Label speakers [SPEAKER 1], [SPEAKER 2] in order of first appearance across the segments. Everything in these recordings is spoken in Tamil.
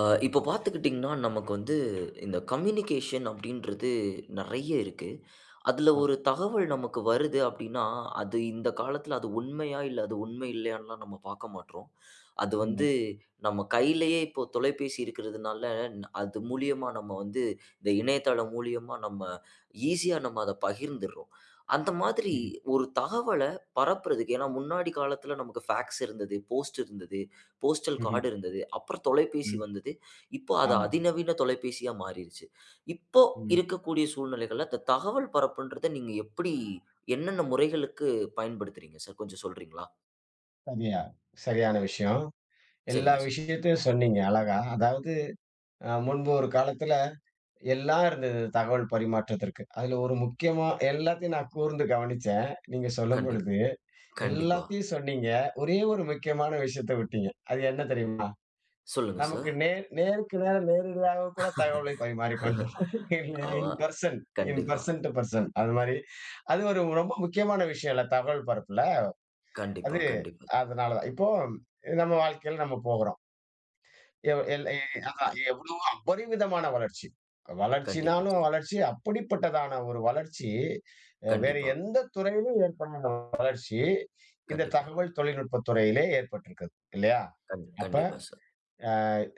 [SPEAKER 1] இப்போ பார்த்துக்கிட்டிங்கன்னா, நமக்கு வந்து இந்த கம்யூனிகேஷன் அப்படின்றது நெறைய இருக்கு. அதில
[SPEAKER 2] ஆ,
[SPEAKER 1] ஒரு தகவல் நமக்கு வருது அப்படின்னா, அது இந்த காலத்தில அது உண்மையா? இல்ல அது உண்மை இல்லையான்லாம் நம்ம பார்க்க மாட்றோம். அது
[SPEAKER 2] ஆமா.
[SPEAKER 1] வந்து நம்ம கையிலேயே இப்போ தொலைபேசி இருக்கிறதுனால, அது மூலியமா நம்ம வந்து இந்த இணையதளம் மூலியமா நம்ம ஈஸியா நம்ம அத பகிர்ந்துர்றோம். அந்த மாதிரி
[SPEAKER 2] ம்ஹ்ம்.
[SPEAKER 1] ஒரு தகவல பரப்புறதுக்கு ஏன்னா முன்னாடி காலத்தில நமக்கு ஃபேக்ஸ் இருந்தது, போஸ்ட் இருந்தது, போஸ்டல்
[SPEAKER 2] ம்ஹ்ம்.
[SPEAKER 1] கார்டு இருந்தது, அப்புறம் தொலைபேசி
[SPEAKER 2] ம்.
[SPEAKER 1] வந்தது. இப்போ அது
[SPEAKER 2] ஆமா.
[SPEAKER 1] அதிநவீன தொலைபேசியா மாறிருச்சு. இப்போ
[SPEAKER 2] ம்.
[SPEAKER 1] இருக்கக்கூடிய சூழ்நிலைகள்ல இந்த தகவல் பரப்புன்றத நீங்க எப்படி என்னென்ன முறைகளுக்கு பயன்படுத்துறீங்க சார்? கொஞ்சம் சொல்றீங்களா?
[SPEAKER 2] சரியா சரியான விஷயம். எல்லா
[SPEAKER 1] சரிங்க சார்.
[SPEAKER 2] விஷயத்தையும் சொன்னீங்க அழகா. அதாவது, முன்பு ஒரு காலத்துல எல்லாம் இருந்தது தகவல் பரிமாற்றத்திற்கு. அதுல ஒரு முக்கியமா எல்லாத்தையும் நான் கூர்ந்து கவனிச்சேன் நீங்க
[SPEAKER 1] கண்டிப்
[SPEAKER 2] சொல்லும்பொழுது.
[SPEAKER 1] கண்டிப்பா.
[SPEAKER 2] எல்லாத்தையும் சொன்னீங்க. ஒரே ஒரு முக்கியமான விஷயத்த விட்டீங்க. அது என்ன தெரியுமா?
[SPEAKER 1] சொல்லுங்க
[SPEAKER 2] நமக்கு
[SPEAKER 1] சார்.
[SPEAKER 2] நேர் நேருக்கு நேர நேரடியாக கூட தகவலை பரிமாறிக்கொண்டோம். இல்லையா?
[SPEAKER 1] ஆ,
[SPEAKER 2] இன்
[SPEAKER 1] கண்டிப்பா,
[SPEAKER 2] பெர்சன் டூ பெர்சன் அது மாரி. அது ஒரு ரொம்ப முக்கியமான விஷயம் இல்ல தகவல் பரப்புல.
[SPEAKER 1] கண்டிப்பா,
[SPEAKER 2] அது
[SPEAKER 1] கண்டிப்பா,
[SPEAKER 2] அதனாலதான். இப்போ நம்ம வாழ்க்கையில நம்ம போகிறோம். எவ் எல் எ அதான் எவ்வளவோ அபரிமிதமான வளர்ச்சி.
[SPEAKER 1] கண்டிப்பா
[SPEAKER 2] வளர்ச்சினாலும்
[SPEAKER 1] சார்.
[SPEAKER 2] வளர்ச்சி அப்படிப்பட்டதான ஒரு வளர்ச்சி, வேற
[SPEAKER 1] கண்டிப்பா,
[SPEAKER 2] எந்த துறையிலும் ஏற்படாத வளர்ச்சி, இந்த
[SPEAKER 1] கண்டிப்பா,
[SPEAKER 2] தகவல் தொழில்நுட்பத் துறையிலே ஏற்பட்டிருக்குது. இல்லையா?
[SPEAKER 1] கண்
[SPEAKER 2] அப்ப
[SPEAKER 1] கண்டிப்பா சார்.
[SPEAKER 2] அ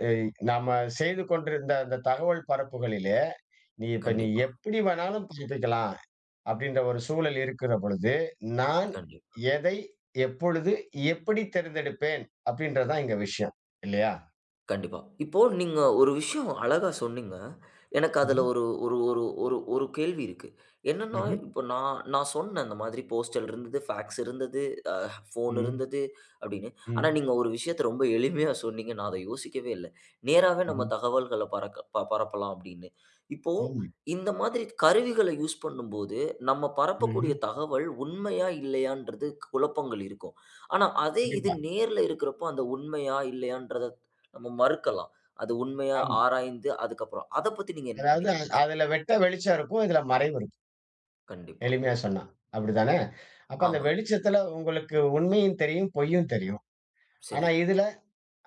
[SPEAKER 2] எ நாம செய்து கொண்டிருந்த அந்த தகவல் பரப்புகளிலே, நீ
[SPEAKER 1] கண்டிப்பா,
[SPEAKER 2] எப்படி வேணாலும் புதுப்பிக்கலாம். அப்படின்ற ஒரு சூழல் இருக்கிற பொழுது, நான்
[SPEAKER 1] கண்டிப்பா.
[SPEAKER 2] எதை, எப்பொழுது, எப்படி தேர்ந்தெடுப்பேன்? அப்படின்றது தான் இங்க விஷயம். இல்லையா?
[SPEAKER 1] கண்டிப்பா. இப்போ நீங்க ஒரு விஷயம் அழகா சொன்னீங்க. எனக்கு
[SPEAKER 2] ம்ஹ்ம்.
[SPEAKER 1] அதுல ஒரு ஒரு ஒரு ஒரு ஒரு கேள்வி இருக்கு. என்னன்னா,
[SPEAKER 2] ம்ஹ்ம்.
[SPEAKER 1] இப்போ நான் நான் சொன்னேன் இந்த மாதிரி போஸ்டல் இருந்தது, ஃபேக்ஸ் இருந்தது. ஃபோன்
[SPEAKER 2] ம்.
[SPEAKER 1] இருந்தது அப்படின்னு. ஆனா,
[SPEAKER 2] ம்.
[SPEAKER 1] நீங்க ஒரு விஷயத்த ரொம்ப எளிமையா சொன்னீங்க. நான் அத யோசிக்கவே இல்ல. நேராவே நம்ம
[SPEAKER 2] ம்ஹ்ம்.
[SPEAKER 1] தகவல்கள பறக்க பரப்பலாம் அப்படின்னு. இப்போ
[SPEAKER 2] ஆமா.
[SPEAKER 1] இந்த மாதிரி கருவிகள யூஸ் பண்ணும்போது, நம்ம
[SPEAKER 2] ம்ஹ்ம்.
[SPEAKER 1] பரப்பக்கூடிய தகவல் உண்மையா, இல்லையான்றது குழப்பங்கள் இருக்கும். ஆனா, அதே இது
[SPEAKER 2] கண்டிப்பா.
[SPEAKER 1] நேர்ல இருக்கிறப்போ அந்த உண்மையா, இல்லையான்றத நம்ம மறுக்கலாம். அது உண்மையா
[SPEAKER 2] ஆமா.
[SPEAKER 1] ஆராய்ந்து அதுக்கப்புறம். அத பத்தி நீங்க என்ன
[SPEAKER 2] அதாவது,
[SPEAKER 1] நினைக்கிறீங்க சார்?
[SPEAKER 2] அதுல வெட்ட வெளிச்சம் இருக்கும். இதுல மறைவு இருக்கும்.
[SPEAKER 1] கண்டிப்பா.
[SPEAKER 2] எளிமையா சொன்னா. அப்படிதானே? அப்ப அந்த
[SPEAKER 1] ஆமா.
[SPEAKER 2] வெளிச்சத்துல உங்களுக்கு உண்மையும் தெரியும், பொய்யும் தெரியும். ஆனா
[SPEAKER 1] சரி.
[SPEAKER 2] இதுல,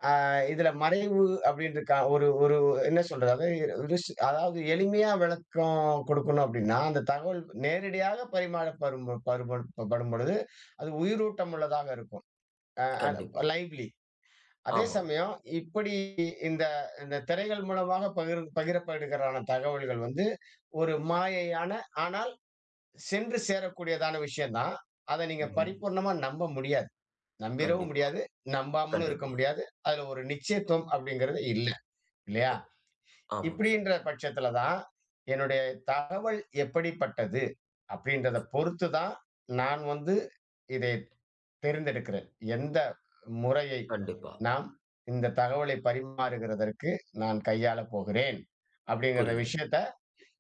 [SPEAKER 2] ஆ இதுல மறைவு அப்படின்றக்கா ஒரு ஒரு என்ன சொல்றது? அதாவது, ரிஸ் அதாவது எளிமையா விளக்கம் கொடுக்கணும் அப்படின்னா, அந்த தகவல் நேரடியாக பரிமாறப்படும் படும்பொழுது, அது உயிரூட்டம் உள்ளதாக இருக்கும். அ
[SPEAKER 1] கண்டிப்பா.
[SPEAKER 2] அ லைவ்லி. அதே
[SPEAKER 1] ஆமா.
[SPEAKER 2] சமயம் இப்படி இந்த இந்த திரைகள் மூலமாக பகிரப்படுகிறான தகவல்கள் வந்து, ஒரு மாயையான ஆனால் சென்று சேரக்கூடியதான விஷயம் தான். அத நீங்க
[SPEAKER 1] ம்ஹ்ம்.
[SPEAKER 2] பரிபூர்ணமா நம்ப முடியாது. நம்பிறவும்
[SPEAKER 1] கண்டிப்பா,
[SPEAKER 2] முடியாது, நம்பாமலும் இருக்க
[SPEAKER 1] கண்டிப்பா.
[SPEAKER 2] முடியாது.
[SPEAKER 1] ஒ,
[SPEAKER 2] அதுல ஒரு நிச்சயத்துவம் அப்படிங்கிறது இல்ல, இல்லையா?
[SPEAKER 1] ஆமாங்க சார்.
[SPEAKER 2] இப்படின்ற பட்சத்துல தான், என்னுடைய தகவல் எப்படிப்பட்டது அப்படின்றத பொறுத்து தான், நான் வந்து இதை தேர்ந்தெடுக்கிறேன். எந்த முறையை
[SPEAKER 1] கண்டிப்பா.
[SPEAKER 2] நாம் இந்த தகவலை பரிமாறுகிறதற்கு நான் கையாளப் போகிறேன், அப்படிங்கிற
[SPEAKER 1] புரியுதுங்க.
[SPEAKER 2] விஷயத்த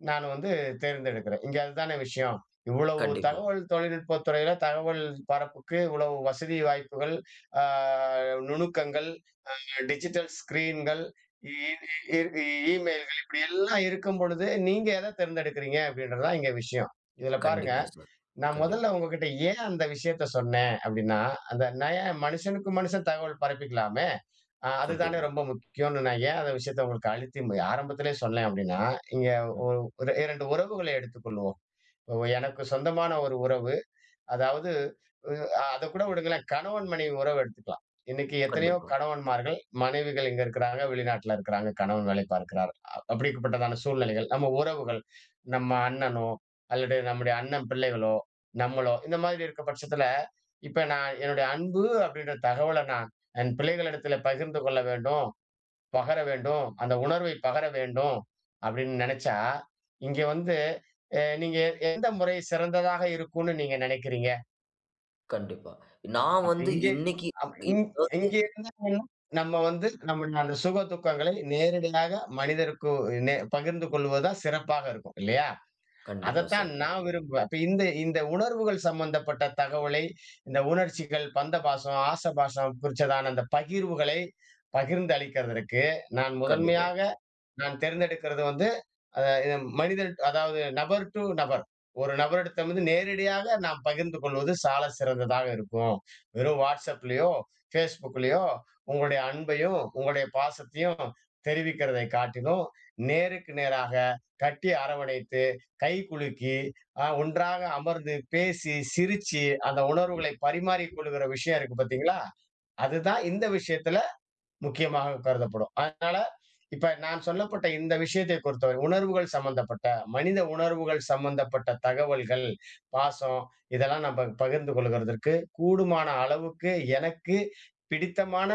[SPEAKER 2] நான் வந்து தேர்ந்தெடுக்கிறேன். இங்க அதுதானே விஷயம். இவ்வளவு
[SPEAKER 1] கண்டிப்பா,
[SPEAKER 2] தகவல் தொழில்நுட்பத் துறையில தகவல் பரப்புக்கு இவ்வளவு வசதி வாய்ப்புகள், ஆ நுணுக்கங்கள், டிஜிட்டல் ஸ்கிரீன்கள், இ இ இ இமெயில்கள் இப்படி எல்லாம் இருக்கும் பொழுது, நீங்க எத தேர்ந்தெடுக்கிறீங்க அப்படின்றது தான் இங்க விஷயம். இதுல பாருங்க,
[SPEAKER 1] கண்டிப்பா சார்.
[SPEAKER 2] நான்
[SPEAKER 1] கண்டிப்
[SPEAKER 2] முதல்ல உங்ககிட்ட ஏன் அந்த விஷயத்த சொன்னேன் அப்படின்னா, அந்த மனுஷனுக்கு மனுஷன் தகவல் பரப்பிக்கலாமே! அதுதானே
[SPEAKER 1] கண்டிப்பா.
[SPEAKER 2] ரொம்ப முக்கியம்ன்னு நான் ஏன் அந்த விஷயத்த உங்களுக்கு அழுத்தி ஆரம்பத்திலே சொன்னேன் அப்படின்னா, இங்க
[SPEAKER 1] ம்.
[SPEAKER 2] ஒ ஒரு 2 உறவுகளை எடுத்துக்கொள்வோம். இப்போ எனக்கு சொந்தமான ஒரு உறவு. அதாவது, அஹ் அத கூட விடுங்களேன். கணவன் மனைவி உறவு எடுத்துக்கலாம். இன்னைக்கு எத்தனையோ
[SPEAKER 1] கண்டிப்பா,
[SPEAKER 2] கணவன்மார்கள், மனைவிகள் இங்க இருக்கிறாங்க, வெளிநாட்டுல இருக்கிறாங்க. கணவன் வேலை பார்க்கிறார். அப்படிப்பட்டதான சூழ்நிலைகள். நம்ம உறவுகள், நம்ம அண்ணனோ, அல்லது நம்முடைய அண்ணன் பிள்ளைகளோ, நம்மளோ, இந்த மாதிரி இருக்க பட்சத்துல, இப்ப நான் என்னுடைய அன்பு அப்படின்ற தகவல நான் என் பிள்ளைகளிடத்துல பகிர்ந்து கொள்ள வேண்டும், பகர வேண்டும், அந்த உணர்வை பகர வேண்டும் அப்படின்னு நெனைச்சா, இங்க வந்து நீங்க எந்த முறை சிறந்ததாக இருக்கும்னு நீங்க நெனைக்கிறீங்க?
[SPEAKER 1] கண்டிப்பா. நான்
[SPEAKER 2] அப்படி
[SPEAKER 1] வந்து
[SPEAKER 2] இங்கே
[SPEAKER 1] இன்னைக்கு
[SPEAKER 2] அப் இங்
[SPEAKER 1] அதாவது
[SPEAKER 2] இங்க இருந்தாங்கன்னா, நம்ம வந்து நம்முடைய அந்த சுக துக்கங்களை நேரடியாக மனிதருக்கு பகிர்ந்து கொள்வதுதான் சிறப்பாக இருக்கும். இல்லையா?
[SPEAKER 1] கண்டிப்பா
[SPEAKER 2] அதத்தான்
[SPEAKER 1] சார்.
[SPEAKER 2] நான் விரும்புவேன். அப்ப இந்த இந்த உணர்வுகள் சம்பந்தப்பட்ட தகவலை, இந்த உணர்ச்சிகள், பந்தபாசம், ஆசபாசம் குறிச்சதான அந்த பகிர்வுகளை பகிர்ந்து அளிக்கிறதற்கு நான்
[SPEAKER 1] கண்டிப்பா,
[SPEAKER 2] முதன்மையாக நான் தேர்ந்தெடுக்கிறது வந்து, அ இது மனிதன் அதாவது நபர் டூ நபர். ஒரு நபரிடத்திடம் வந்து நேரடியாக நாம் பகிர்ந்து கொள்வது சால சிறந்ததாக இருக்கும். வெறும் WhatsAppலயோ, Facebookலயோ உங்களுடைய அன்பையும், உங்களுடைய பாசத்தையும் தெரிவிக்கிறதை காட்டிலும், நேருக்கு நேராக கட்டி அரவணைத்து, கை குலுக்கி, ஒன்றாக அமர்ந்து பேசி, சிரிச்சு அந்த உணர்வுகளை பரிமாறிக் கொள்ளுகிற விஷயம் இருக்கு பார்த்தீங்களா? அதுதான் இந்த விஷயத்தில முக்கியமாக கருதப்படும். அதனால, இப்ப நான் சொல்லப்பட்ட இந்த விஷயத்தை பொறுத்தவரை உணர்வுகள் சம்பந்தப்பட்ட, மனித உணர்வுகள் சம்பந்தப்பட்ட தகவல்கள், பாசம் இதெல்லாம் நம்ம பகிர்ந்து கொள்கிறதற்கு கூடுமான அளவுக்கு எனக்கு பிடித்தமான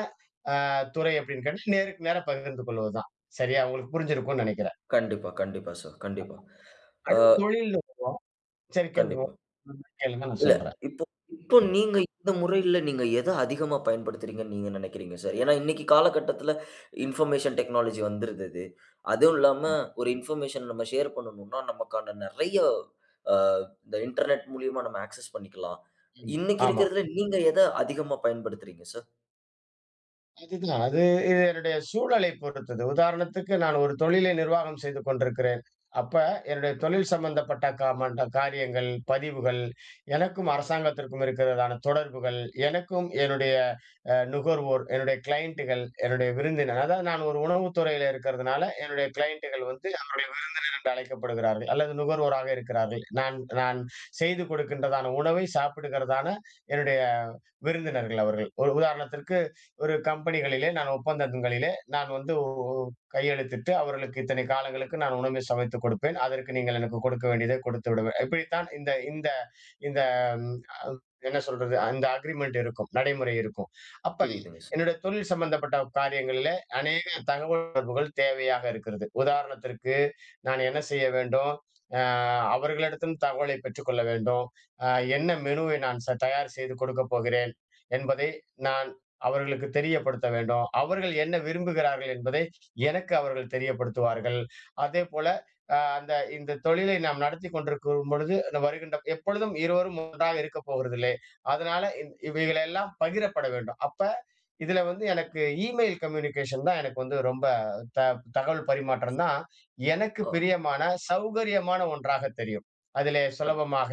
[SPEAKER 2] துறை அப்படின்னு கேட்டா, நேருக்கு நேரா பகிர்ந்து கொள்வதுதான். சரியா? உங்களுக்கு புரிஞ்சிருக்கும்னு நெனைக்கிறேன்.
[SPEAKER 1] கண்டிப்பா, கண்டிப்பா சார். கண்டிப்பா. ஆ,
[SPEAKER 2] அடுத்து தொழில்ல வருவோம். சரி கேளுங்க.
[SPEAKER 1] கண்டிப்பா.
[SPEAKER 2] கேளுங்க நான்
[SPEAKER 1] இல்ல.
[SPEAKER 2] சொல்றேன்.
[SPEAKER 1] இப்போ இப்போ நீங்க இந்த முறையில நீங்க எத அதிகமா பயன்படுத்துறீங்கன்னு நீங்க நினைக்கிறீங்க சார்? ஏன்னா இன்னைக்கு காலகட்டத்துல இன்ஃபர்மேஷன் டெக்னாலஜி வந்துருது. அதுவும் இல்லாம ஒரு இன்ஃபர்மேஷன் நம்ம ஷேர் பண்ணணும்னா, நமக்கான நெறைய அ இந்த இன்டர்நெட் மூலியமா நம்ம ஆக்சஸ் பண்ணிக்கலாம்.
[SPEAKER 2] ம்.
[SPEAKER 1] இன்னைக்கு
[SPEAKER 2] ஆமா.
[SPEAKER 1] இருக்கிறதுல நீங்க எத அதிகமா பயன்படுத்துறீங்க சார்?
[SPEAKER 2] அதுதான். இது என்னுடைய சூழலை பொறுத்தது. உதாரணத்துக்கு நான் ஒரு தொழிலை நிர்வாகம் செய்து கொண்டிருக்கிறேன். அப்ப என்னுடைய தொழில் சம்பந்தப்பட்ட காமண்ட காரியங்கள், பதிவுகள், எனக்கும் அரசாங்கத்திற்கும் இருக்கிறதான தொடர்புகள், எனக்கும் என்னுடைய நுகர்வோர், என்னுடைய கிளையண்டுகள், என்னுடைய விருந்தினர், அதாவது நான் ஒரு உணவுத் துறையில இருக்கிறதுனால, என்னுடைய கிளையண்டுகள் வந்து அவர்கள் விருந்தினர் என்று அழைக்கப்படுகிறார்கள். அல்லது நுகர்வோராக இருக்கிறார்கள். நான் நான் செய்து கொடுக்கின்றதான உணவை சாப்பிடுகிறதான என்னுடைய விருந்தினர்கள் அவர்கள். ஒரு உதாரணத்திற்கு ஒரு கம்பெனிகளிலே நான் ஒப்பந்தங்களிலே நான் வந்து கையெழுத்திட்டு, அவர்களுக்கு இத்தனை காலங்களுக்கு நான் உணவு சமைத்துக் கொடுப்பேன். அதற்கு நீங்கள் எனக்கு கொடுக்க வேண்டியதை கொடுத்து விடுவேன். இப்படித்தான் இந்த இந்த இந்த அ என்ன சொல்றது? அந்த அக்ரிமெண்ட் இருக்கும். நடைமுறை இருக்கும். அப்ப
[SPEAKER 1] புரியுதுங்க சார்.
[SPEAKER 2] என்னுடைய தொழில் சம்பந்தப்பட்ட காரியங்கள்ல அநேக தகவல் தொடர்புகள் தேவையாக இருக்கிறது. உதாரணத்திற்கு, நான் என்ன செய்ய வேண்டும்? அ அவர்களிடத்திலும் தகவலை பெற்றுக்கொள்ள வேண்டும். அ என்ன மெனுவை நான் தயார் செய்து கொடுக்கப் போகிறேன் என்பதை நான் அவர்களுக்கு தெரியப்படுத்த வேண்டும். அவர்கள் என்ன விரும்புகிறார்கள் என்பதை எனக்கு அவர்கள் தெரியப்படுத்துவார்கள். அதேபோல இந்த தொழிலை நாம் நடத்தி கொண்டிருக்கும் பொழுது வருகின்ற எப்பொழுதும் இருவரும் ஒன்றாக இருக்க போவதில்லை. அதனால இவைகளெல்லாம் பகிரப்பட வேண்டும். அப்ப இதுல வந்து எனக்கு இமெயில் கம்யூனிகேஷன் தான் எனக்கு வந்து ரொம்ப த தகவல் பரிமாற்றம் தான் எனக்கு
[SPEAKER 1] ஆ,
[SPEAKER 2] பிரியமான, சௌகரியமான ஒன்றாக தெரியும். அதிலே சுலபமாக,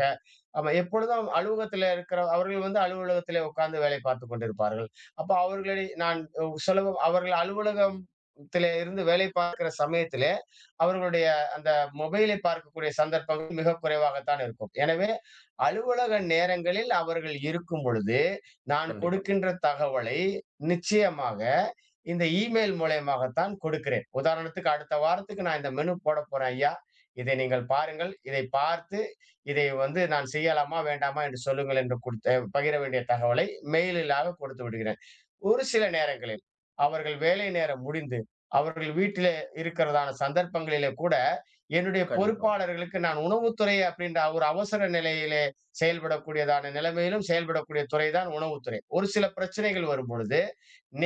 [SPEAKER 2] ஆமா, எப்பொழுதும் அலுவலகத்தில இருக்கிற அவர்கள் வந்து அலுவலகத்திலே உட்கார்ந்து வேலை பார்த்துக் கொண்டிருப்பார்கள். அப்ப அவர்களை நான், சுலபம் அவர்கள் அலுவலகத்திலே இருந்து வேலை பார்க்கிற சமயத்திலே அவர்களுடைய அந்த மொபைலை பார்க்கக்கூடிய சந்தர்ப்பங்கள் மிக குறைவாகத்தான் இருக்கும். எனவே அலுவலக நேரங்களில் அவர்கள் இருக்கும் பொழுது, நான்
[SPEAKER 1] கண்டிப்பா,
[SPEAKER 2] கொடுக்கின்ற தகவலை நிச்சயமாக இந்த இமெயில் மூலியமாகத்தான் கொடுக்கிறேன். உதாரணத்துக்கு, அடுத்த வாரத்துக்கு நான் இந்த மெனு போடப் போறேன் ஐயா. இதை நீங்கள் பாருங்கள். இதை பார்த்து இதை வந்து நான் செய்யலாமா? வேண்டாமா? என்று சொல்லுங்கள் என்று குடுத்த பகிர வேண்டிய தகவலை மெயிலாக கொடுத்து விடுகிறேன். ஒரு சில நேரங்களில் அவர்கள் வேலை நேரம் முடிந்து அவர்கள் வீட்டிலே இருக்கிறதான சந்தர்ப்பங்களிலே கூட என்னுடைய
[SPEAKER 1] கண்டிப்பா,
[SPEAKER 2] பொறுப்பாளர்களுக்கு நான், உணவுத்துறை அப்படின்ற ஒரு அவசர நிலையிலே செயல்படக்கூடியதான நிலைமையிலும் செயல்படக்கூடிய துறை தான் உணவுத்துறை, ஒரு சில பிரச்சனைகள் வரும் பொழுது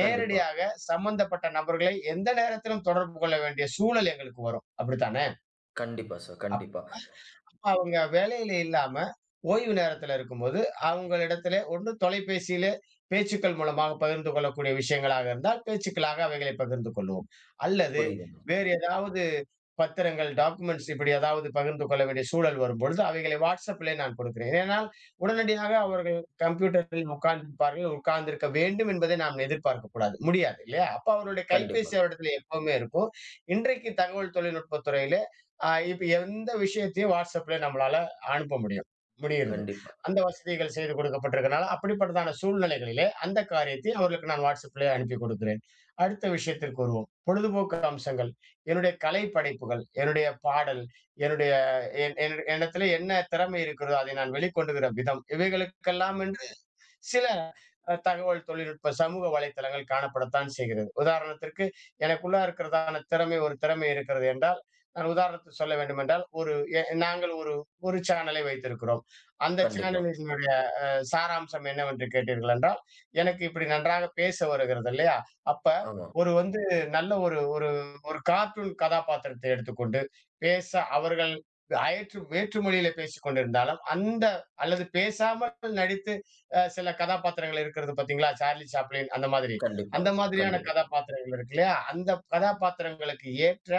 [SPEAKER 1] கண்டிப்பா,
[SPEAKER 2] சம்பந்தப்பட்ட நபர்களை எந்த நேரத்திலும் தொடர்பு கொள்ள வேண்டிய சூழல் எங்களுக்கு வரும், அப்படித்தானே?
[SPEAKER 1] கண்டிப்பா சார். கண்டிப்பா.
[SPEAKER 2] அப்ப அவங்க வேலையில இல்லாம, ஓய்வு நேரத்துல இருக்கும்போது, அவங்களிடத்திலே ஒண்ணு தொலைபேசியிலே பேச்சுக்கள் மூலமாக பகிர்ந்து கொள்ளக்கூடிய விஷயங்களாக இருந்தால், பேச்சுக்களாக அவைகளை பகிர்ந்து கொள்வோம். அல்லது
[SPEAKER 1] புரியுதுங்க.
[SPEAKER 2] வேறு ஏதாவது பத்திரங்கள், டாக்குமெண்ட்ஸ் இப்படி ஏதாவது பகிர்ந்து கொள்ள வேண்டிய சூழல் வரும்பொழுது, அவைகளை WhatsAppலே நான் கொடுக்கிறேன். ஏனால் உடனடியாக அவர்கள் கம்ப்யூட்டரில் உட்கார்ந்திருப்பார்கள், உட்கார்ந்திருக்க வேண்டும் என்பதை நாம் எதிர்பார்க்கக் கூடாது. முடியாது இல்லையா? அப்ப அவருடைய
[SPEAKER 1] கண்டிப்பா,
[SPEAKER 2] கைபேசி அவரிடத்திலே எப்பவுமே இருக்கும். இன்றைக்கு தகவல் தொழில்நுட்பத் துறையில, இப்ப எந்த விஷயத்தையும் WhatsAppல நம்மளால அனுப்ப முடியும். முடிகிறது.
[SPEAKER 1] கண்டிப்பா,
[SPEAKER 2] அந்த வசதிகள் செய்து கொடுக்கப்பட்டிருக்கிறனால, அப்படிப்பட்டதான சூழ்நிலைகளிலே அந்த காரியத்தை அவர்களுக்கு நான் WhatsAppலே அனுப்பி கொடுக்கிறேன். அடுத்த விஷயத்திற்கு வருவோம். பொழுதுபோக்கு அம்சங்கள், என்னுடைய கலை படைப்புகள், என்னுடைய பாடல், என்னுடைய, என் என் என்னிடத்திலே என்ன திறமை இருக்கிறதோ அதை நான் வெளிக்கொண்டுகிற விதம், இவைகளுக்கெல்லாம் என்று சில, தகவல் தொழில்நுட்ப சமூக வலைத்தளங்கள் காணப்படத்தான் செய்கிறது. உதாரணத்திற்கு எனக்குள்ளா இருக்கிறதான திறமை ஒரு திறமை இருக்கிறது என்றால், நான் உதாரணத்துக்கு சொல்ல வேண்டுமென்றால், ஒரு எ நாங்கள் ஒரு ஒரு சேனலை வைத்திருக்கிறோம். அந்த
[SPEAKER 1] கண்டிப்பா.
[SPEAKER 2] சேனலினுடைய சாராம்சம் என்னவென்று கேட்டீர்கள் என்றால், எனக்கு இப்படி நன்றாக பேச வருகிறது இல்லையா? அப்ப
[SPEAKER 1] ஆமா.
[SPEAKER 2] ஒரு வந்து நல்ல ஒரு ஒரு ஒரு கார்ட்டூன் கதாபாத்திரத்தை எடுத்துக்கொண்டு, பேச அவர்கள் வேற்று மொழியிலே பேசிக் கொண்டிருந்தாலும், அந்த, அல்லது பேசாமல் நடித்து, சில கதாபாத்திரங்கள் இருக்கிறது பார்த்தீங்களா? சார்லி சாப்ளின் அந்த மாதிரி.
[SPEAKER 1] கண்டிப்பா,
[SPEAKER 2] அந்த மாதிரியான
[SPEAKER 1] கண்டிப்பா,
[SPEAKER 2] கதாபாத்திரங்கள் இருக்கு இல்லையா? அந்த கதாபாத்திரங்களுக்கு ஏற்ற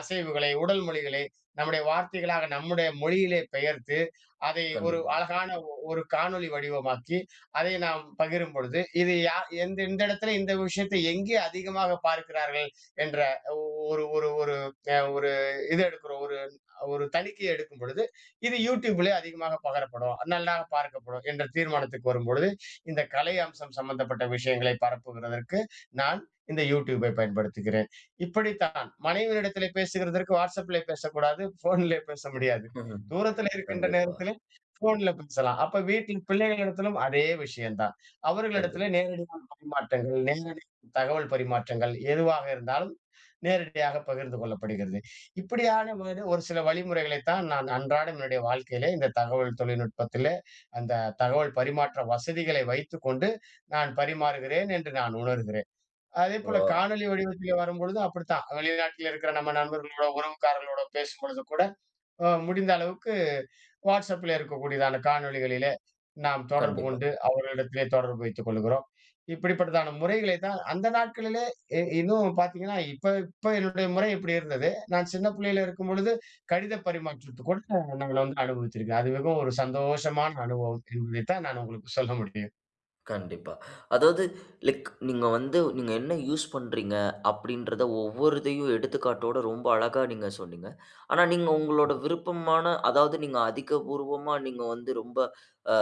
[SPEAKER 2] அசைவுகளை, உடல் மொழிகளை, நம்முடைய வார்த்தைகளாக நம்முடைய மொழியிலே பெயர்த்து அதை ஒரு
[SPEAKER 1] கண்டிப்பா.
[SPEAKER 2] அழகான ஒரு காணொளி வடிவமாக்கி, அதை நாம் பகிரும் பொழுது, இது யா எந்த இந்த இடத்துல இந்த விஷயத்தை எங்கே அதிகமாக பார்க்கிறார்கள் என்ற ஒரு ஒரு ஒரு அ ஒரு இது எடுக்கிறோம். ஒரு ஒரு தணிக்கை எடுக்கும் பொழுது, இது YouTubeலே அதிகமாக பகரப்படும். நல்லாக பார்க்கப்படும் என்ற தீர்மானத்துக்கு வரும்பொழுது, இந்த கலை அம்சம் சம்பந்தப்பட்ட விஷயங்களை பரப்புகிறதற்கு நான் இந்த YouTubeஐ பயன்படுத்துகிறேன். இப்படித்தான் மனைவியினிடத்திலே பேசுகிறதற்கு WhatsAppலே பேசக்கூடாது, ஃபோன்லே பேச முடியாது.
[SPEAKER 1] ம்ஹ்ம்.
[SPEAKER 2] தூரத்திலே இருக்கின்ற
[SPEAKER 1] கண்டிப்பா,
[SPEAKER 2] நேரத்திலே ஃபோன்ல பேசலாம். அப்ப வீட்டில் பிள்ளைகளிடத்திலும் அதே விஷயம் தான். அவர்களிடத்திலே
[SPEAKER 1] கண்டிப்பா.
[SPEAKER 2] நேரடியான பரிமாற்றங்கள், நேரடி தகவல் பரிமாற்றங்கள் எதுவாக இருந்தாலும் நேரடியாக பகிர்ந்து கொள்ளப்படுகிறது. இப்படியான ஒரு ஒரு சில வழிமுறைகளைத்தான் நான் அன்றாடம் என்னுடைய வாழ்க்கையிலே இந்த தகவல் தொழில்நுட்பத்திலே, அந்த தகவல் பரிமாற்ற வசதிகளை வைத்துக்கொண்டு நான் பரிமாறுகிறேன் என்று நான் உணர்கிறேன்.
[SPEAKER 1] ஒரு
[SPEAKER 2] அதேபோல காணொளி வடிவத்திலே வரும்பொழுது அப்படித்தான். வெளிநாட்டில இருக்கிற நம்ம நண்பர்களோட, உறவுக்காரர்களோட பேசும்பொழுது கூட முடிந்த அளவுக்கு WhatsAppல இருக்கக்கூடியதான காணொளிகளிலே, நாம் தொடர்பு
[SPEAKER 1] கண்டிப்பா,
[SPEAKER 2] கொண்டு அவர்களிடத்திலே தொடர்பு வைத்துக் கொள்கிறோம். இப்படிப்பட்டதான முறைகளை தான் அந்த நாட்களிலே, இன்னும் பார்த்தீங்கன்னா, இப்ப இப்ப என்னுடைய முறை இப்படி இருந்தது. நான் சின்ன பிள்ளையில இருக்கும்பொழுது கடித பரிமாற்றத்துக்கு கூட நாங்க வந்து அனுபவிச்சிருக்கேன். அது மிகவும் ஒரு சந்தோஷமான அனுபவம் என்பதை தான் நான் உங்களுக்கு சொல்ல முடியும்.
[SPEAKER 1] கண்டிப்பா. அதாவது லைக் நீங்க வந்து நீங்க என்ன யூஸ் பண்றீங்க அப்படின்றத ஒவ்வொரு இதையும் எடுத்துக்காட்டோட ரொம்ப அழகா நீங்க சொன்னீங்க. ஆனா நீங்க உங்களோட விருப்பமான அதாவது நீங்க அதிகபூர்வமா நீங்க வந்து ரொம்ப அ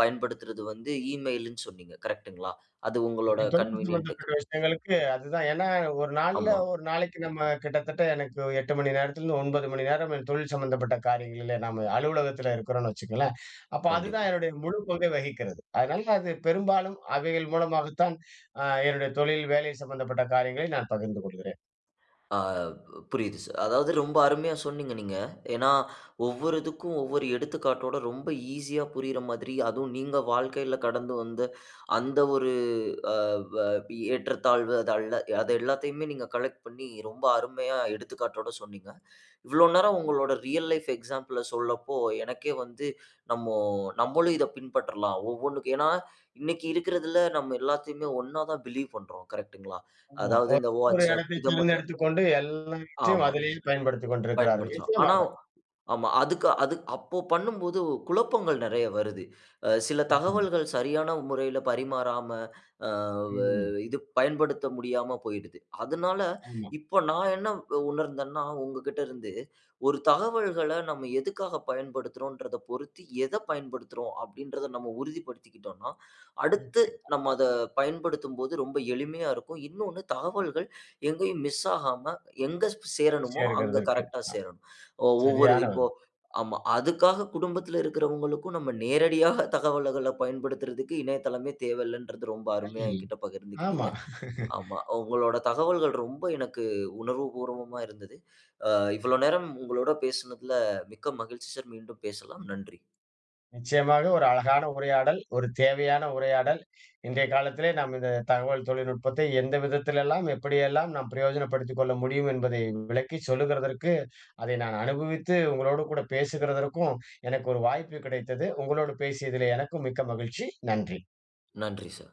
[SPEAKER 1] பயன்படுத்துறது வந்து இமெயில்ன்னு சொன்னீங்க. கரெக்ட்டுங்களா? அது உங்களோட
[SPEAKER 2] தொடர்பு
[SPEAKER 1] கன்வீனியன்ட்டுக்கு.
[SPEAKER 2] சம்பந்தப்பட்ட விஷயங்களுக்கு அதுதான். ஏன்னா,
[SPEAKER 1] ஆமா,
[SPEAKER 2] ஒரு நாளைக்கு நம்ம கிட்டத்தட்ட எனக்கு 8 மணி நேரத்துலருந்து 9 மணி நேரம் என் தொழில் சம்பந்தப்பட்ட காரியங்களிலே நாம அலுவலகத்தில இருக்கிறோம்னு வச்சுக்கங்களேன். அப்ப அதுதான்
[SPEAKER 1] கண்டிப்பா.
[SPEAKER 2] என்னுடைய முழு பங்கை வகிக்கிறது. அதனால அது பெரும்பாலும் அவைகள் மூலமாகத்தான் என்னுடைய தொழில், வேலை சம்பந்தப்பட்ட காரியங்களை நான் பகிர்ந்து கொள்கிறேன்.
[SPEAKER 1] ஆ, புரியுது சார். அதாவது ரொம்ப அருமையா சொன்னீங்க நீங்க. ஏன்னா, ஒவ்வொரு இதுக்கும் ஒவ்வொரு எடுத்துக்காட்டோட ரொம்ப ஈஸியா புரியிற மாதிரி, அதுவும் நீங்க வாழ்க்கையில கடந்து வந்த அந்த ஒரு அ வ ஏற்றத்தாழ்வு அது அல்ல அது எல்லாத்தையுமே நீங்க கலெக்ட் பண்ணி ரொம்ப அருமையா எடுத்துக்காட்டோட சொன்னீங்க. இவ்ளோ நேரம் உங்களோட ரியல் லைஃப் எக்ஸாம்பிள சொல்லப்போ, எனக்கே வந்து நம்மோ நம்மளும் இத பின்பற்றலாம். ஒவ்வொன்னுக்கு ஏன்னா, இன்னைக்கு இருக்கிறதுல நம்ம எல்லாத்தையுமே ஒண்ணா தான் பிலீவ் பண்றோம். கரெக்ட்டுங்களா?
[SPEAKER 2] ஆமா.
[SPEAKER 1] அதாவது இந்த
[SPEAKER 2] ஒரு
[SPEAKER 1] WhatsApp
[SPEAKER 2] இடத்தை
[SPEAKER 1] இத மட்டும்
[SPEAKER 2] தேர்ந்தெடுத்துக் கொண்டு எல்லாவற்றையும்
[SPEAKER 1] ஆமா.
[SPEAKER 2] அதிலேயே பயன்படுத்திக் கொண்டிருக்கிறார்கள்.
[SPEAKER 1] பயன்படுத்துறோம். ஆனா,
[SPEAKER 2] நிச்சயமாக.
[SPEAKER 1] ஆமா. அதுக்கு அது அப்போ பண்ணும்போது குழப்பங்கள் நெறைய வருது. சில
[SPEAKER 2] ம்.
[SPEAKER 1] தகவல்கள் சரியான முறையில பரிமாறாம, அ வ
[SPEAKER 2] ம்.
[SPEAKER 1] இது பயன்படுத்த முடியாம போயிடுது. அதனால
[SPEAKER 2] ஆமா.
[SPEAKER 1] இப்ப நான் என்ன உணர்ந்தேன்னா, உங்ககிட்ட இருந்து ஒரு தகவல்கள நம்ம எதுக்காக பயன்படுத்துறோன்றத பொறுத்து, எத பயன்படுத்துறோம் அப்படின்றத நம்ம உறுதிப்படுத்திக்கிட்டோம்னா, அடுத்து நம்ம அத பயன்படுத்தும்போது ரொம்ப எளிமையா இருக்கும். இன்னொன்னு தகவல்கள் எங்கேயும் மிஸ் ஆகாம, எங்க சேரணுமோ
[SPEAKER 2] ஈஸியா இருக்கிறது
[SPEAKER 1] அங்க
[SPEAKER 2] இருக்கு.
[SPEAKER 1] கரெக்ட்டா
[SPEAKER 2] அ
[SPEAKER 1] சேரணும். ஒவ்வொரு
[SPEAKER 2] சரியான
[SPEAKER 1] இப்போ
[SPEAKER 2] பதில்.
[SPEAKER 1] ஆமா. அதுக்காக குடும்பத்தில இருக்கிறவங்களுக்கும் நம்ம நேரடியாக தகவல்கள பயன்படுத்துறதுக்கு இணையதளமே தேவையில்லன்றது ரொம்ப அருமையா என்கிட்ட
[SPEAKER 2] ஆமா.
[SPEAKER 1] பகிர்ந்துக்கிட்டீங்க. ஆமா. உங்களோட தகவல்கள் ரொம்ப எனக்கு உணர்வுபூர்வமா இருந்தது. அ இவ்வளோ நேரம் உங்களோட பேசுனதுல மிக்க மகிழ்ச்சி சார். மீண்டும் பேசலாம். நன்றி.
[SPEAKER 2] நிச்சயமாக ஒரு அழகான உரையாடல், ஒரு தேவையான உரையாடல். இன்றைய காலத்திலே நாம் இந்த தகவல் தொழில்நுட்பத்தை எந்த விதத்திலெல்லாம், எப்படியெல்லாம் நாம் பிரயோஜனப்படுத்திக் கொள்ள முடியும் என்பதை விளக்கிச் சொல்லுகிறதற்கு, அதை நான் அனுபவித்து உங்களோடு கூட பேசுகிறதற்கும் எனக்கு ஒரு வாய்ப்பு கிடைத்தது. உங்களோடு பேசியதிலே எனக்கும் மிக்க மகிழ்ச்சி. நன்றி.
[SPEAKER 1] நன்றி சார்.